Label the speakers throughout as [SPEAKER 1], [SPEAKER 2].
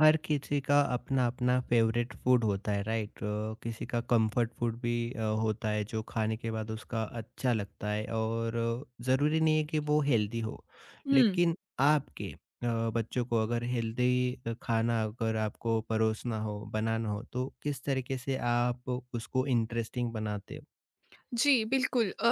[SPEAKER 1] हर किसी का अपना अपना फेवरेट फूड होता है राइट? किसी का कंफर्ट फूड भी होता है जो खाने के बाद उसका अच्छा लगता है और ज़रूरी नहीं है कि वो हेल्दी हो।
[SPEAKER 2] हुँ।
[SPEAKER 1] लेकिन आपके बच्चों को अगर हेल्दी खाना अगर आपको परोसना हो बनाना हो तो किस तरीके से आप उसको इंटरेस्टिंग बनाते हो?
[SPEAKER 2] जी, बिल्कुल,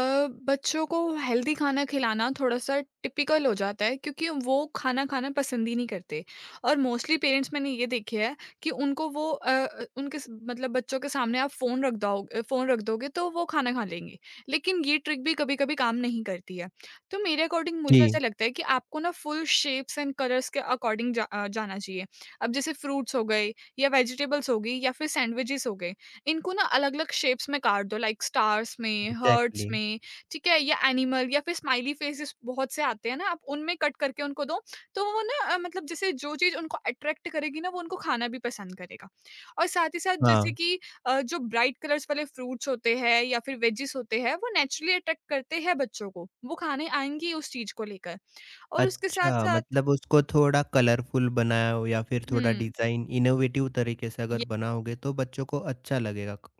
[SPEAKER 2] बच्चों को हेल्दी खाना खिलाना थोड़ा-सा टिपिकल हो जाता है क्योंकि वो खाना खाना पसंद ही नहीं करते। और मोस्टली पेरेंट्स मैंने ये देखे हैं कि उनको वो उनके स मतलब बच्चों के सामने आप फ़ोन रख दोगे तो वो खाना खा लेंगे। लेकिन ये ट्रिक भी कभी-कभी काम नहीं करती है। तो मेरे अकॉर्डिंग
[SPEAKER 1] जी।
[SPEAKER 2] मुझे ऐसा लगता है कि आपको ना फुल शेप्स एंड कलर्स के अकॉर्डिंग जाना चाहिए। अब जैसे फ्रूट्स हो गए, या वेजिटेबल्स हो गई, या फिर सैंडविचेज़ हो गए। इनको ना अलग-अलग शेप्स में काट दो, लाइक स्टार्स में, हर्ट्स
[SPEAKER 1] एग्जैक्टली।
[SPEAKER 2] में, ठीक है? या एनिमल, या फिर स्माइली फेसेस बहुत से आते हैं ना, आप उनमें कट करके उनको दो। तो वो ना मतलब जैसे जो चीज़ उनको अट्रैक्ट करेगी ना, वो उनको खाना भी पसंद करेगा। और साथ ही साथ जैसे
[SPEAKER 1] हाँ।
[SPEAKER 2] कि जो ब्राइट कलर्स वाले फ्रूट्स होते हैं या फिर वेजिस होते हैं, वो नेचुरली अट्रैक्ट करते हैं बच्चों को, वो खाने आएँगी उस चीज़ को लेकर। और उसके
[SPEAKER 1] अच्छा,
[SPEAKER 2] साथ-साथ।
[SPEAKER 1] मतलब उसको थोड़ा कलरफुल बनाया हो या फिर थोड़ा
[SPEAKER 2] हुँ।
[SPEAKER 1] डिज़ाइन इनोवेटिव तरीके से अगर बनाओगे तो बच्चों को अच्छा लगेगा। क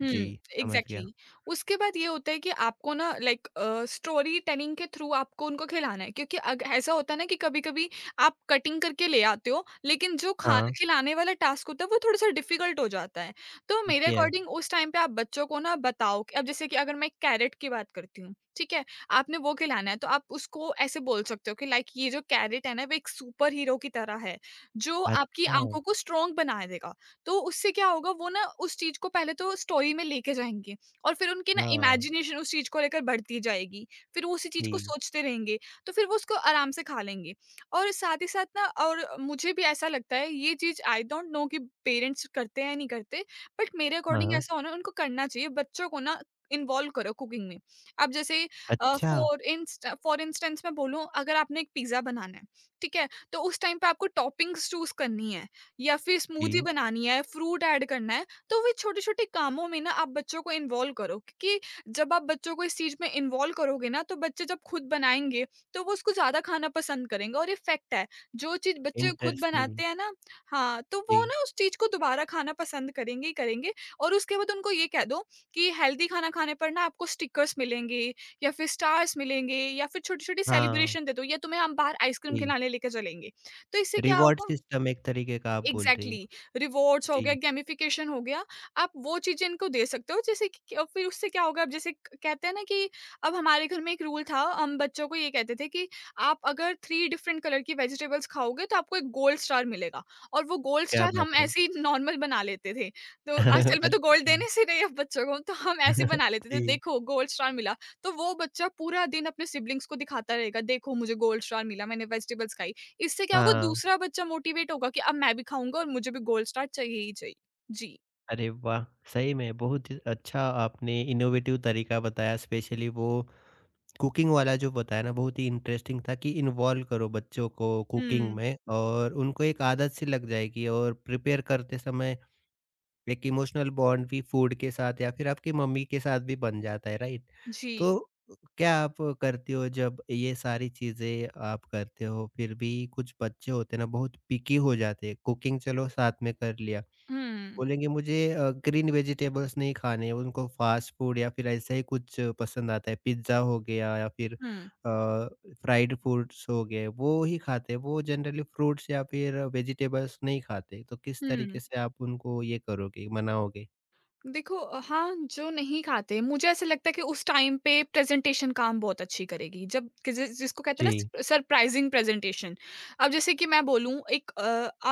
[SPEAKER 2] हुँ,
[SPEAKER 1] जी, समझ गया।
[SPEAKER 2] एग्ज़ैक्टली। उसके बाद ये होता है कि आपको ना लाइक स्टोरी टेलिंग के थ्रू आपको उनको खिलाना है, क्योंकि अग ऐसा होता है ना कि कभी-कभी आप कटिंग करके ले आते हो, लेकिन जो खा
[SPEAKER 1] हाँ,
[SPEAKER 2] खिलाने वाला टास्क होता है वो थोड़ा-सा डिफ़िकल्ट हो जाता है। तो
[SPEAKER 1] ठीक
[SPEAKER 2] मेरे
[SPEAKER 1] है।
[SPEAKER 2] अकॉर्डिंग उस टाइम पे आप बच्चों को ना बताओ कि अब जैसे कि अगर मैं कैरेट की बात करती हूँ, ठीक है? आपने वो खिलाना है तो आप उसको ऐसे बोल सकते हो कि लाइक ये जो कैरेट है ना, वो एक सुपर हीरो की तरह है, जो आपकी
[SPEAKER 1] अच्छा,
[SPEAKER 2] आँखों को स्ट्रॉन्ग बना देगा। तो उससे क्या होगा, वो ना उस चीज़ को पहले तो स्टोरी में लेके जाएँगे और फिर उनकी ना
[SPEAKER 1] हाँ,
[SPEAKER 2] इमेजिनेशन उस चीज़ को लेकर बढ़ती जाएगी। फिर वो उसी चीज़
[SPEAKER 1] जी।
[SPEAKER 2] को सोचते रहेंगे, तो फिर वो उसको आराम से खा लेंगे। और साथ ही साथ ना, और मुझे भी ऐसा लगता है ये चीज़ आई डोंट नो कि पेरेंट्स करते हैं या नहीं करते, बट मेरे अकॉर्डिंग
[SPEAKER 1] हाँ,
[SPEAKER 2] ऐसा होना उनको करना चाहिए। बच्चों को ना इन्वॉल्व करो कुकिंग में। अब जैसे
[SPEAKER 1] अच्छा,
[SPEAKER 2] फॉर इंस्टेंस मैं बोलूँ, अगर आपने एक पिज़्ज़ा बनाना है, ठीक है? तो उस टाइम पे आपको टॉपिंग्स चूज़ करनी है। या फिर स्मूदी
[SPEAKER 1] जी,
[SPEAKER 2] बनानी है, फ्रूट ऐड करना है, तो वे छोटे-छोटे कामों में ना आप बच्चों को इन्वॉल्व करो, क्योंकि जब आप बच्चों को इस चीज़ में इन्वॉल्व करोगे ना, तो बच्चे जब खुद बनाएँगे, तो वो उसको ज़्यादा खाना पसंद करेंगे और ये फैक्ट है। जो चीज़ बच्चे खुद
[SPEAKER 1] इंटरेस्टिंग,
[SPEAKER 2] बनाते हैं ना, हाँ, तो वो
[SPEAKER 1] जी,
[SPEAKER 2] ना उस चीज़ को दोबारा खाना पसंद करेंगे ही करेंगे। और उसके बाद उनको ये कह दो कि हेल्दी खाना खाने पर ना आपको स्टिकर्स मिलेंगे, या फिर स्टार्स मिलेंगे, या फिर छोटी-छोटी
[SPEAKER 1] हाँ,
[SPEAKER 2] सेलिब्रेशन दे दो, या तुम्हें हम बाहर आइसक्रीम
[SPEAKER 1] जी।
[SPEAKER 2] खिलाने लेके चलेंगे। तो इससे क्या
[SPEAKER 1] रिवॉर्ड
[SPEAKER 2] होगा,
[SPEAKER 1] सिस्टम एक तरीके का आप बोल रही
[SPEAKER 2] एग्जैक्टली
[SPEAKER 1] हो।
[SPEAKER 2] exactly. रिवॉर्ड्स हो
[SPEAKER 1] जी,
[SPEAKER 2] गया, गेमिफिकेशन हो गया, आप वो चीजें इनको दे सकते हो, जैसे कि। और फिर उससे क्या होगा, अब जैसे कहते हैं ना कि अब हमारे घर में एक रूल था, हम बच्चों को ये कहते थे कि आप अगर थ्री डिफरेंट कलर की वेजिटेबल्स खाओगे तो आपको एक गोल्ड स्टार मिलेगा, और वो गोल्ड
[SPEAKER 1] क्या
[SPEAKER 2] स्टार हम
[SPEAKER 1] बात है।
[SPEAKER 2] ऐसे ही नॉर्मल बना लेते थे। तो असल में तो
[SPEAKER 1] अच्छा,
[SPEAKER 2] गोल्ड देने से नहीं, अब बच्चों को तो हम ऐसे बना लेते थे,
[SPEAKER 1] जी,
[SPEAKER 2] देखो गोल्ड स्टार मिला। तो वो बच्चा पूरा दिन अपने सिबलिंग्स को दिखाता रहेगा, देखो मुझे गोल्ड स्टार मिला, मैंने वेजिटेबल्स खाई। इससे क्या होगा,
[SPEAKER 1] हाँ।
[SPEAKER 2] दूसरा बच्चा मोटिवेट होगा कि अब मैं भी खाऊँगा और मुझे भी गोल्ड स्टार चाहिए ही चाहिए। जी।
[SPEAKER 1] अरे वाह! सही में बहुत ही अच्छा आपने इनोवेटिव तरीका बताया, स्पेशली वो कुकिंग वाला जो बताया ना, बहुत ही इंटरेस्टिंग था कि इन्वॉल्व करो बच्चों को कुकिंग
[SPEAKER 2] हुँ,
[SPEAKER 1] में और उनको एक आदत सी लग जाएगी और प्रिपेयर करते समय एक इमोशनल बॉन्ड भी फूड के साथ या फिर आपकी मम्मी के साथ भी बन जाता है, राइट?
[SPEAKER 2] जी।
[SPEAKER 1] तो क्या आप करती हो जब ये सारी चीज़ें आप करते हो फिर भी कुछ बच्चे होते हैं ना बहुत पिकी हो जाते हैं, कुकिंग चलो साथ में कर लिया।
[SPEAKER 2] हुँ,
[SPEAKER 1] बोलेंगे मुझे ग्रीन वेजिटेबल्स नहीं खाने हैं, उनको फास्ट फूड या फिर ऐसा ही कुछ पसंद आता है, पिज़्ज़ा हो गया या फिर अ, फ्राइड फूड्स हो गए, वो ही खाते हैं, वो जनरली फ्रूट्स या फिर वेजिटेबल्स नहीं खाते। तो किस
[SPEAKER 2] हुँ।
[SPEAKER 1] तरीके से आप उनको ये करोगे, मनाओगे?
[SPEAKER 2] देखो, हाँ, जो नहीं खाते मुझे ऐसा लगता है कि उस टाइम पे प्रेज़ेंटेशन काम बहुत अच्छी करेगी। जब कि जिसको कहते हैं
[SPEAKER 1] जी,
[SPEAKER 2] ना, स सरप्राइज़िंग प्रेज़ेंटेशन। अब जैसे कि मैं बोलूँ एक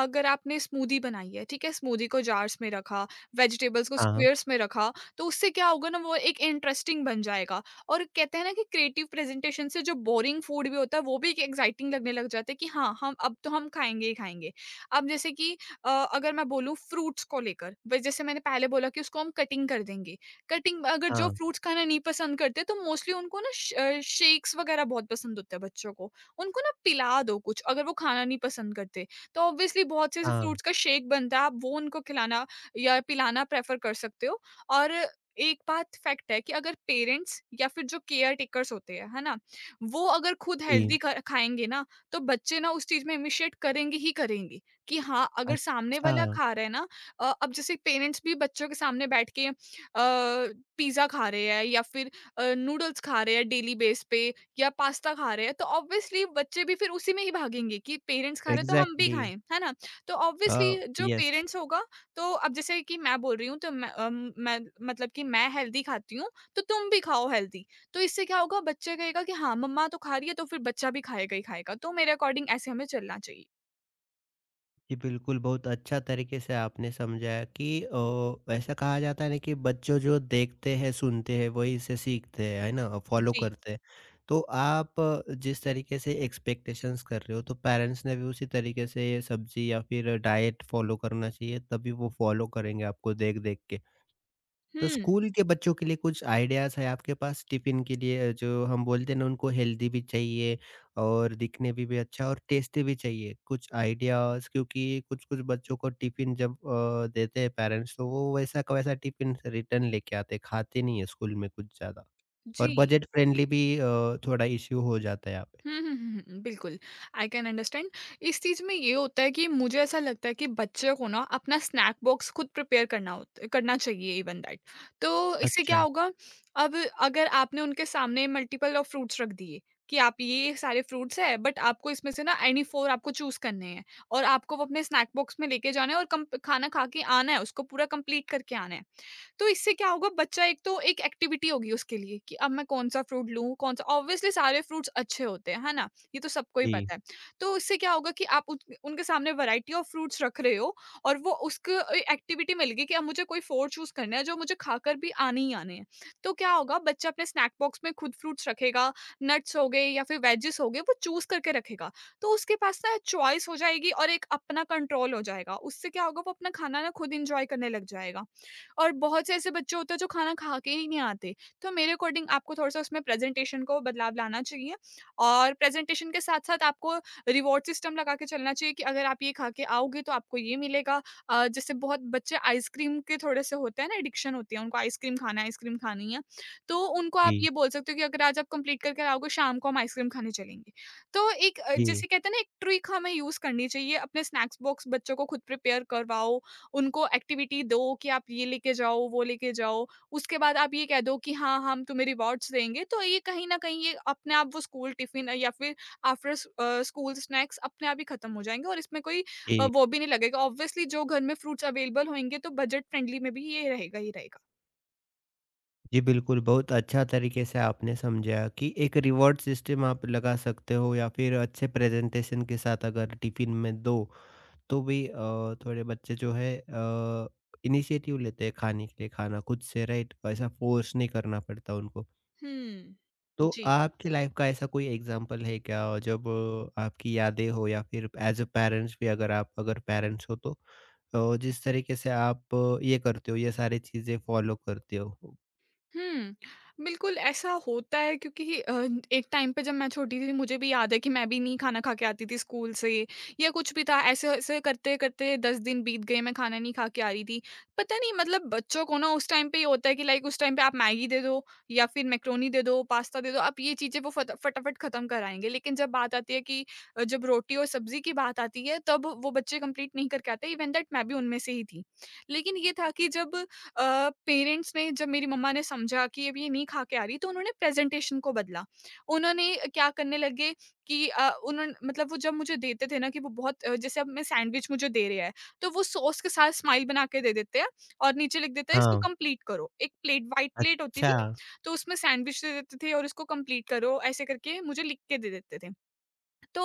[SPEAKER 2] अगर आपने स्मूदी बनाई है, ठीक है? स्मूदी को जार्स में रखा, वेजिटेबल्स को
[SPEAKER 1] हाँ,
[SPEAKER 2] स्क्वेयर्स में रखा, तो उससे क्या होगा ना, वो एक इंटरेस्टिंग बन जाएगा। और कहते हैं ना कि क्रिएटिव प्रेज़ेंटेशन से जो बोरिंग फूड भी होता है वो भी एक एक्साइटिंग लगने लग जाता है कि हाँ, हम अब तो हम खाएँगे ही खाएँगे। अब जैसे कि अ, अगर मैं बोलूँ फ्रूट्स को लेकर, वे जैसे मैंने पहले बोला कि उसको हम कटिंग कर देंगे। कटिंग अगर जो
[SPEAKER 1] हाँ,
[SPEAKER 2] फ्रूट्स खाना नहीं पसंद करते तो मोस्टली उनको ना शेक्स वगैरह बहुत पसंद होते हैं बच्चों को। उनको ना पिला दो कुछ अगर वो खाना नहीं पसंद करते। तो ऑब्वियसली बहुत से ऐसे
[SPEAKER 1] हाँ,
[SPEAKER 2] फ्रूट्स का शेक बनता है, आप वो उनको खिलाना या पिलाना प्रेफ़र कर सकते हो। और एक बात फैक्ट है कि अगर पेरेंट्स या फिर जो केयर टेकर्स होते हैं, है ना? वो अगर खुद हेल्दी
[SPEAKER 1] जी।
[SPEAKER 2] ख खाएँगे ना, तो बच्चे ना उस चीज़ में इनिशिएट करेंगे ही करेंगे। कि हाँ, अगर सामने
[SPEAKER 1] अच्छा,
[SPEAKER 2] वाला खा रहा है ना। अब जैसे पेरेंट्स भी बच्चों के सामने बैठ के पिज़्ज़ा खा रहे हैं, या फिर नूडल्स खा रहे हैं डेली बेस पे, या पास्ता खा रहे हैं, तो ऑब्वियसली बच्चे भी फिर उसी में ही भागेंगे कि पेरेंट्स खा रहे हैं, तो हम भी
[SPEAKER 1] एग्ज़ैक्टली,
[SPEAKER 2] खाएँ, है ना? तो ऑब्वियसली जो
[SPEAKER 1] यस।
[SPEAKER 2] पेरेंट्स होगा। तो अब जैसे कि मैं बोल रही हूँ, तो मैं मतलब कि मैं हेल्दी खाती हूँ, तो तुम भी खाओ हेल्दी। तो इससे क्या होगा, बच्चा कहेगा कि हाँ, मम्मा तो खा रही है, तो फिर बच्चा भी खाएगा ही खाएगा। तो मेरे अकॉर्डिंग ऐसे हमें चलना चाहिए।
[SPEAKER 1] जी बिल्कुल, बहुत अच्छा तरीके से आपने समझाया कि ऐसा कहा जाता है ना कि बच्चों जो देखते हैं, सुनते हैं, वहीं से सीखते हैं, है ना? फॉलो
[SPEAKER 2] जी।
[SPEAKER 1] करते हैं। तो आप जिस तरीके से एक्सपेक्टेशंस कर रहे हो, तो पेरेंट्स ने भी उसी तरीके से ये सब्ज़ी या फिर डाइट फॉलो करना चाहिए, तभी वो फॉलो करेंगे आपको देख-देख के। तो
[SPEAKER 2] हुँ।
[SPEAKER 1] स्कूल के बच्चों के लिए कुछ आइडियाज़ है आपके पास टिफ़िन के लिए, जो हम बोलते हैं ना, उनको हेल्दी भी चाहिए और दिखने भी अच्छा और टेस्टी भी चाहिए। कुछ आइडियाज़, क्योंकि कुछ-कुछ बच्चों को टिफ़िन जब देते हैं पेरेंट्स तो वो वैसा का वैसा टिफ़िन रिटर्न लेके आते हैं, खाते नहीं है स्कूल में कुछ ज़्यादा। और
[SPEAKER 2] जी।
[SPEAKER 1] बजट फ्रेंडली भी थोड़ा इश्यू हो जाता है यहाँ पे।
[SPEAKER 2] हुँ, हुँ, हुँ, हुँ, बिल्कुल, आई कैन अंडरस्टैंड। इस चीज़ में ये होता है कि मुझे ऐसा लगता है कि बच्चों को ना अपना स्नैक बॉक्स खुद प्रिपेयर करना होत करना चाहिए, इवन दैट। तो इससे क्या
[SPEAKER 1] अच्छा।
[SPEAKER 2] होगा, अब अगर आपने उनके सामने मल्टीपल ऑफ फ्रूट्स रख दिए कि आप ये सारे फ्रूट्स हैं, बट आपको इसमें से ना एनी 4 आपको चूज़ करने हैं, और आपको वो अपने स्नैक बॉक्स में लेके जाना है और कम खाना खा के आना है, उसको पूरा कंप्लीट करके आना है। तो इससे क्या होगा, बच्चा एक तो एक एक्टिविटी होगी उसके लिए कि अब मैं कौन सा फ्रूट लूँ कौन सा। ऑब्वियसली सारे फ्रूट्स अच्छे होते हैं है ना, ये तो सबको ही
[SPEAKER 1] जी,
[SPEAKER 2] पता है। तो इससे क्या होगा कि आप उनके सामने वैरायटी ऑफ फ्रूट्स रख रहे हो, और वो उसको एक्टिविटी मिल गई कि अब मुझे कोई फोर चूज करना है, जो मुझे खाकर भी आने ही आने हैं। तो क्या होगा, बच्चा अपने स्नैक बॉक्स में खुद फ्रूट्स रखेगा, नट्स हो गए या फिर वेजेस हो गए, वो चूज करके रखेगा। तो उसके पास ना चॉइस हो जाएगी और एक अपना कंट्रोल हो जाएगा। उससे क्या होगा, वो अपना खाना ना खुद इंजॉय करने लग जाएगा। और बहुत से ऐसे बच्चे होते हैं जो खाना खा के ही नहीं आते। तो मेरे अकॉर्डिंग आपको थोड़ा-सा उसमें प्रेज़ेंटेशन को बदलाव लाना चाहिए, और प्रेज़ेंटेशन के साथ-साथ आपको रिवॉर्ड सिस्टम लगा के चलना चाहिए कि अगर आप ये खा के आओगे तो आपको ये मिलेगा। जैसे बहुत बच्चे आइसक्रीम के थोड़े-से होते हैं ना, एडिक्शन होती है, उनको आइसक्रीम खाना है, आइसक्रीम खानी है। तो उनको आप
[SPEAKER 1] जी,
[SPEAKER 2] ये बोल सकते हो कि अगर आज आप कंप्लीट करके आओगे शाम को हम आइसक्रीम खाने चलेंगे। तो एक
[SPEAKER 1] जी,
[SPEAKER 2] जैसे कहते हैं ना, एक ट्रिक हमें यूज़ करनी चाहिए, अपने स्नैक्स बॉक्स बच्चों को खुद प्रिपेयर करवाओ। उनको एक्टिविटी दो कि आप ये लेके जाओ, वो लेके जाओ। उसके बाद आप ये कह दो कि हाँ, हम तुम्हें रिवॉर्ड्स देंगे। तो ये कहीं न कहीं ये अपने आप वो स्कूल टिफ़िन या फिर स्कूल स्नैक्स अपने आप ही खत्म हो जाएँगे, और इसमें कोई
[SPEAKER 1] जी।
[SPEAKER 2] वो भी नहीं लगेगा। ऑब्वियसली जो घर में फ्रूट्स अवेलेबल होंगे तो बजट फ्रेंडली में भी ये रहेगा ही रहेगा।
[SPEAKER 1] जी, बिल्कुल, बहुत अच्छा तरीके से आपने समझाया कि एक रिवॉर्ड सिस्टम आप लगा सकते हो या फिर अच्छे प्रेज़ेंटेशन के साथ अगर टिफ़िन में दो, तो भी थोड़े बच्चे जो है इनिशिएटिव लेते हैं खाने के लिए खाना खुद से, राइट? ऐसा फ़ोर्स नहीं करना पड़ता उनको।
[SPEAKER 2] हुँ।
[SPEAKER 1] तो
[SPEAKER 2] जी।
[SPEAKER 1] आपकी लाइफ़ का ऐसा कोई एग्ज़ाम्पल है क्या, और जब आपकी यादें हो या फिर एज़ अ पेरेंट्स भी, अगर आप अगर पेरेंट्स हो तो जिस तरीके से आप ये करते हो, ये सारी चीज़ें फ़ॉलो करते हो?
[SPEAKER 2] हम्म, बिल्कुल ऐसा होता है, क्योंकि एक टाइम पे जब मैं छोटी थी मुझे भी याद है कि मैं भी नहीं खाना खा के आती थी स्कूल से या कुछ भी था, ऐसे ऐसे करते करते 10 दिन बीत गए, मैं खाना नहीं खा के आ रही थी। पता नहीं, मतलब बच्चों को ना उस टाइम पे ये होता है कि लाइक उस टाइम पे आप मैगी दे दो या फिर मैक्रोनी दे दो, पास्ता दे दो, आप ये चीजें वो फटाफट खत्म कराएंगे, लेकिन जब बात आती है कि जब रोटी और सब्जी की बात आती है, तब वो बच्चे कंप्लीट नहीं करके आते, इवन दैट मैं भी उनमें से ही थी। लेकिन ये था कि जब पेरेंट्स ने, जब मेरी मम्मा ने समझा कि अब ये नहीं खा के आ रही, तो उन्होंने प्रेजेंटेशन को बदला। उन्होंने क्या करने लगे कि उन्होंने मतलब वो जब मुझे देते थे ना कि वो बहुत जैसे अब मैं सैंडविच मुझे दे रहे हैं, तो वो सॉस के साथ स्माइल बना के दे देते हैं और नीचे लिख देते हैं इसको
[SPEAKER 1] हाँ,
[SPEAKER 2] कंप्लीट करो। एक प्लेट व्हाइट प्लेट होती थी,
[SPEAKER 1] अच्छा।
[SPEAKER 2] तो उसमें सैंडविच दे देते थे और इसको कंप्लीट करो ऐसे करके मुझे लिख के दे देते थे। तो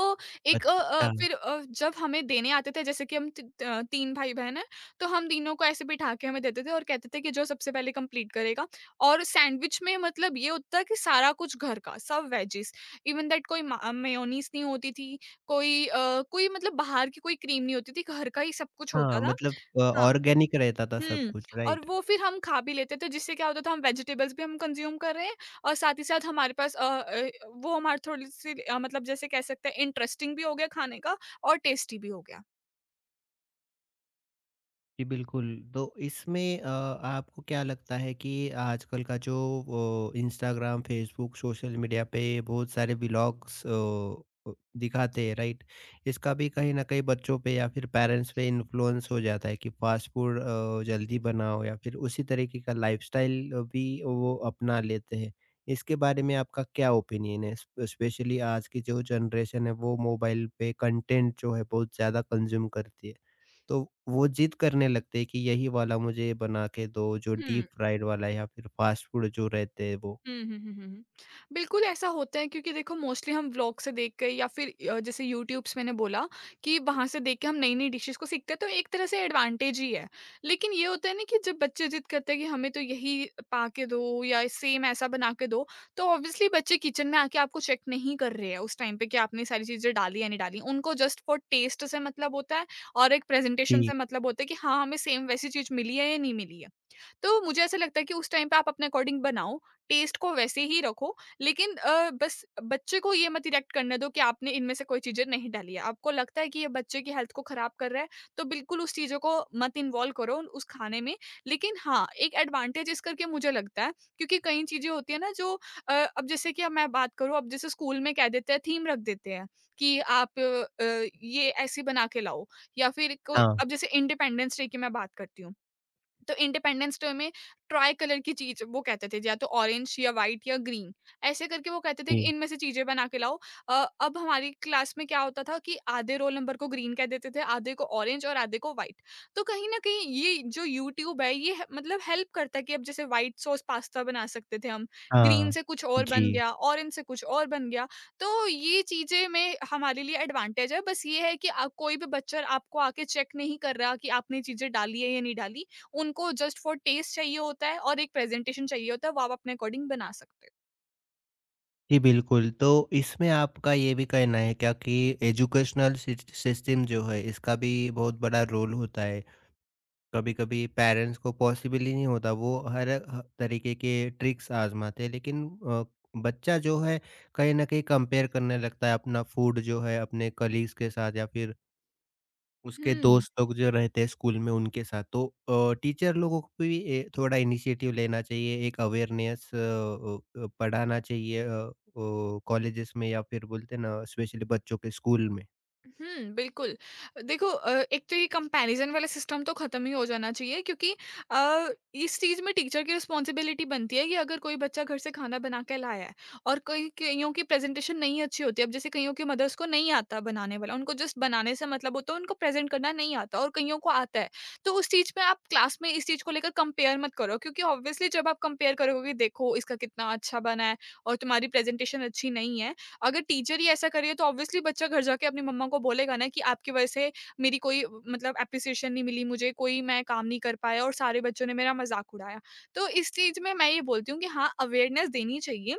[SPEAKER 2] एक
[SPEAKER 1] अच्छा,
[SPEAKER 2] फिर जब हमें देने आते थे, जैसे कि हम 3 भाई-बहन हैं। तो हम तीनों को ऐसे बिठा के हमें देते थे और कहते थे कि जो सबसे पहले कंप्लीट करेगा। और सैंडविच में मतलब ये होता है कि सारा कुछ घर का, सब वेजिस। इवन दैट कोई मा मेयोनीज़ नहीं होती थी, कोई मतलब बाहर की कोई क्रीम नहीं होती थी, घर का ही सब कुछ होता
[SPEAKER 1] हाँ,
[SPEAKER 2] था।
[SPEAKER 1] मतलब
[SPEAKER 2] हाँ।
[SPEAKER 1] ऑर्गेनिक रहता था सब
[SPEAKER 2] हुँ,
[SPEAKER 1] कुछ,
[SPEAKER 2] और
[SPEAKER 1] राइट?
[SPEAKER 2] वो फिर हम खा भी लेते थे, जिससे क्या होता था, हम वेजिटेबल्स भी हम कंज़्यूम कर रहे हैं और साथ ही साथ हमारे पास वो हमारी थोड़ी-सी मतलब जैसे कह सकते हैं इंटरेस्टिंग भी हो गया खाने का और टेस्टी भी हो गया।
[SPEAKER 1] जी, बिल्कुल। तो इसमें आपको क्या लगता है कि आजकल का जो इंस्टाग्राम, फ़ेसबुक, सोशल मीडिया पे बहुत सारे व्लॉग्स दिखाते हैं, राइट? इसका भी कहीं न कहीं बच्चों पे या फिर पेरेंट्स पे इन्फ्लुएंस हो जाता है कि फ़ास्ट फूड जल्दी बनाओ, या फिर उसी तरीके का लाइफ़स्टाइल भी वो अपना लेते हैं। इसके बारे में आपका क्या ओपिनियन है? स्पेशली आज की जो जनरेशन है, वो मोबाइल पे कंटेंट जो है बहुत ज़्यादा कंज़्यूम करती है। तो वो जिद करने लगते हैं कि यही वाला मुझे बना के दो, जो
[SPEAKER 2] हुँ।
[SPEAKER 1] डीप फ्राइड वाला है या फिर फ़ास्ट फूड जो रहते हैं वो।
[SPEAKER 2] हुँ, हुँ, हुँ, हुँ, हुँ। बिल्कुल ऐसा होता है, क्योंकि देखो मोस्टली हम व्लॉग से देख के या फिर जैसे यूट्यूब्स मैंने बोला कि वहाँ से देख के हम नई-नई डिशेज़ को सीखते हैं, तो एक तरह से एडवांटेज ही है। लेकिन ये होता है ना कि जब बच्चे ज़िद करते हैं कि हमें तो यही पा के दो या सेम ऐसा बना के दो, तो ऑब्वियसली बच्चे किचन में आके आपको चेक नहीं कर रहे हैं उस टाइम पे कि आपने ये सारी चीज़ें डाली या नहीं डाली। उनको जस्ट फॉर टेस्ट से मतलब होता है और एक प्रेज़ेंटेशन
[SPEAKER 1] जी,
[SPEAKER 2] से मतलब होता है कि हाँ, हमें सेम वैसी चीज़ मिली है या नहीं मिली है। तो मुझे ऐसा लगता है कि उस टाइम पे आप अपने अकॉर्डिंग बनाओ, टेस्ट को वैसे ही रखो, लेकिन बस बच्चे को ये मत रिएक्ट करने दो कि आपने इनमें से कोई चीज़ें नहीं डाली है। आपको लगता है कि ये बच्चे की हेल्थ को खराब कर रहा है, तो बिल्कुल उस चीज़ों को मत इन्वॉल्व करो उस खाने में। लेकिन हाँ, एक एडवांटेज इस करके मुझे लगता है, क्योंकि कई चीज़ें होती है ना जो अब जैसे कि अब मैं बात करूँ, अब जैसे स्कूल में कह देते हैं, थीम रख देते हैं कि आप ये ऐसी बना के लाओ, या फिर कोई,
[SPEAKER 1] हाँ,
[SPEAKER 2] अब जैसे इंडिपेंडेंस डे की मैं बात करती हूँ। तो इंडिपेंडेंस डे में ट्राई कलर की चीज वो कहते थे, या तो ऑरेंज या वाइट या ग्रीन, ऐसे करके वो कहते थे कि
[SPEAKER 1] जी,
[SPEAKER 2] इनमें से चीजें बना के लाओ। अ, अब हमारी क्लास में क्या होता था कि आधे रोल नंबर को ग्रीन कह देते थे, आधे को ऑरेंज और आधे को वाइट। तो कहीं ना कहीं ये जो यूट्यूब है, मतलब हेल्प करता है कि अब जैसे वाइट सॉस पास्ता बना सकते थे हम, ग्रीन
[SPEAKER 1] हाँ।
[SPEAKER 2] से कुछ और बन
[SPEAKER 1] जी,
[SPEAKER 2] गया, ऑरेंज से कुछ और बन गया। तो ये चीजें में हमारे लिए एडवांटेज है। बस ये है कि कोई भी बच्चा आपको आके चेक नहीं कर रहा कि आपने चीजें डाली है या नहीं डाली। उनको जस्ट फॉर टेस्ट चाहिए होता है और एक प्रेजेंटेशन चाहिए होता है, वो आप अपने अकॉर्डिंग बना सकते हो।
[SPEAKER 1] जी बिल्कुल। तो इसमें आपका ये भी कहना है क्या कि एजुकेशनल सिस्टम जो है इसका भी बहुत बड़ा रोल होता है? कभी-कभी पेरेंट्स को पॉसिबल ही नहीं होता, वो हर ह तरीके के ट्रिक्स आज़माते हैं, लेकिन अ, बच्चा जो है कहीं न कहीं कंपेयर करने लगता है अपना फूड जो है अपने कलीग्स के साथ या फिर उसके
[SPEAKER 2] हुँ।
[SPEAKER 1] दोस्त लोग जो रहते हैं स्कूल में उनके साथ, तो टीचर लोगों को भी थोड़ा इनिशिएटिव लेना चाहिए, एक अवेयरनेस पढ़ाना चाहिए कॉलेजेस में या फिर बोलते हैं ना स्पेशली बच्चों के स्कूल में।
[SPEAKER 2] हुँ, बिल्कुल। देखो एक तो ये कंपैरिज़न वाला सिस्टम तो ख़त्म ही हो जाना चाहिए, क्योंकि अ, इस चीज़ में टीचर की रिस्पॉन्सिबिलिटी बनती है कि अगर कोई बच्चा घर से खाना बना के लाया है, और कई कइयों की प्रेज़ेंटेशन नहीं अच्छी होती है। अब जैसे कइयों के मदर्स को नहीं आता बनाने वाला, उनको जस्ट बनाने से मतलब होता है, उनको प्रेज़ेंट करना नहीं आता और कइयों को आता है। तो उस चीज़ पे आप क्लास में इस चीज़ को लेकर कंपेयर मत करो, क्योंकि ऑब्वियसली जब आप कंपेयर करोगे कि देखो इसका कितना अच्छा बना है और तुम्हारी प्रेज़ेंटेशन अच्छी नहीं है, अगर टीचर ही ऐसा करे तो ऑब्वियसली बच्चा घर जाके अपनी मम्मा को बोलेगा ना कि आपकी वजह से मेरी कोई मतलब एप्रिसिएशन नहीं मिली मुझे, कोई मैं काम नहीं कर पाया और सारे बच्चों ने मेरा मज़ाक उड़ाया। तो इस चीज़ में मैं ये बोलती हूँ कि हाँ, अवेयरनेस देनी चाहिए,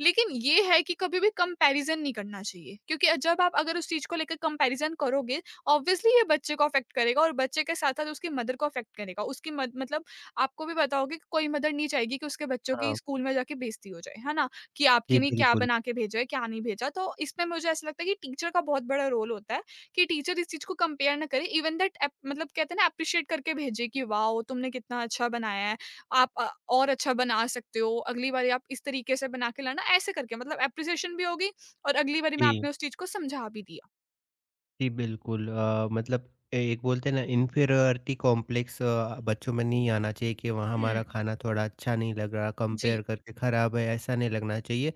[SPEAKER 2] लेकिन ये है कि कभी भी कंपैरिज़न नहीं करना चाहिए, क्योंकि जब आप अगर उस चीज़ को लेकर कंपैरिज़न करोगे, ऑब्वियसली ये बच्चे को अफ़ेक्ट करेगा और बच्चे के साथ-साथ उसकी मदर को अफ़ेक्ट करेगा। उसकी मद मतलब आपको भी पता होगा कि कोई मदर नहीं चाहेगी कि उसके बच्चों की
[SPEAKER 1] हाँ।
[SPEAKER 2] स्कूल में जाके बेइज़्ज़ती हो जाए, है ना? कि आपके
[SPEAKER 1] जी
[SPEAKER 2] लिए क्या
[SPEAKER 1] बिल्कुल।
[SPEAKER 2] बना के भेजा है, क्या नहीं भेजा। तो इसमें मुझे ऐसा लगता है कि टीचर का बहुत बड़ा रोल होता है कि टीचर इस चीज़ को कंपेयर ना करे, इवन दैट एप मतलब कहते हैं ना, एप्रिशिएट करके भेजे कि वाओ! तुमने कितना अच्छा बनाया है। आप और अच्छा बना सकते हो, अगली बारी आप इस तरीके से बना के लाना, ऐसे करके मतलब एप्रिसिएशन भी होगी और अगली बारी में आपने
[SPEAKER 1] जी,
[SPEAKER 2] उस चीज़ को समझा भी दिया।
[SPEAKER 1] जी बिल्कुल, मतलब एक बोलते हैं ना इन्फीरियरिटी कॉम्प्लेक्स बच्चों में नहीं आना चाहिए कि वहाँ
[SPEAKER 2] हुँ।
[SPEAKER 1] हमारा खाना थोड़ा अच्छा नहीं लग रहा,
[SPEAKER 2] जी,
[SPEAKER 1] कंपेयर करके खराब है, ऐसा नहीं लगना चाहिए।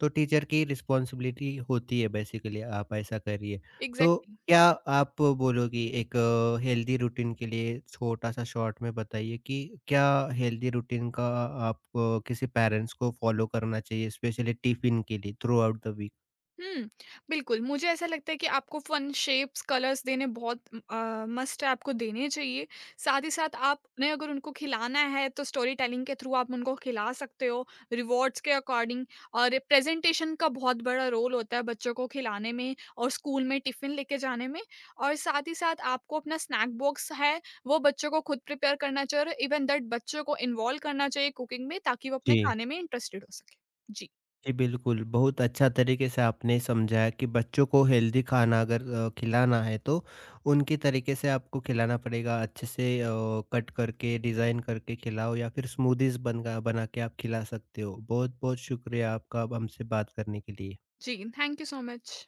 [SPEAKER 1] तो टीचर की रिस्पॉन्सिबिलिटी होती है, बेसिकली आप ऐसा करिए। तो
[SPEAKER 2] एग्ज़ैक्टली।
[SPEAKER 1] क्या आप बोलोगी एक हेल्दी रूटीन के लिए छोटा-सा शॉर्ट में बताइए कि क्या हेल्दी रूटीन का आप किसी पेरेंट्स को फॉलो करना चाहिए स्पेशली टिफ़िन के लिए थ्रू आउट द वीक?
[SPEAKER 2] हुँ, बिल्कुल, मुझे ऐसा लगता है कि आपको फ़न शेप्स, कलर्स देने बहुत मस्ट है, आपको देने चाहिए। साथ ही साथ आपने अगर उनको खिलाना है, तो स्टोरी टेलिंग के थ्रू आप उनको खिला सकते हो, रिवॉर्ड्स के अकॉर्डिंग, और प्रेज़ेंटेशन का बहुत बड़ा रोल होता है बच्चों को खिलाने में और स्कूल में टिफ़िन लेके जाने में। और साथ ही साथ आपको अपना स्नैक बॉक्स है, वो बच्चों को खुद प्रिपेयर करना चाहिए और इवन दैट बच्चों को इन्वॉल्व करना चाहिए कुकिंग में, ताकि वो अपने
[SPEAKER 1] जी।
[SPEAKER 2] खाने में इंटरेस्टेड हो सकें। जी।
[SPEAKER 1] जी, बिल्कुल। बहुत अच्छा तरीके से आपने समझाया कि बच्चों को हेल्दी खाना अगर खिलाना है तो उनके तरीके से आपको खिलाना पड़ेगा। अच्छे से कट करके, डिज़ाइन करके खिलाओ या फिर स्मूदीज़ बन गा बना के आप खिला सकते हो। बहुत-बहुत शुक्रिया आपका अब हमसे बात करने के लिए।
[SPEAKER 2] जी, थैंक यू सो मच।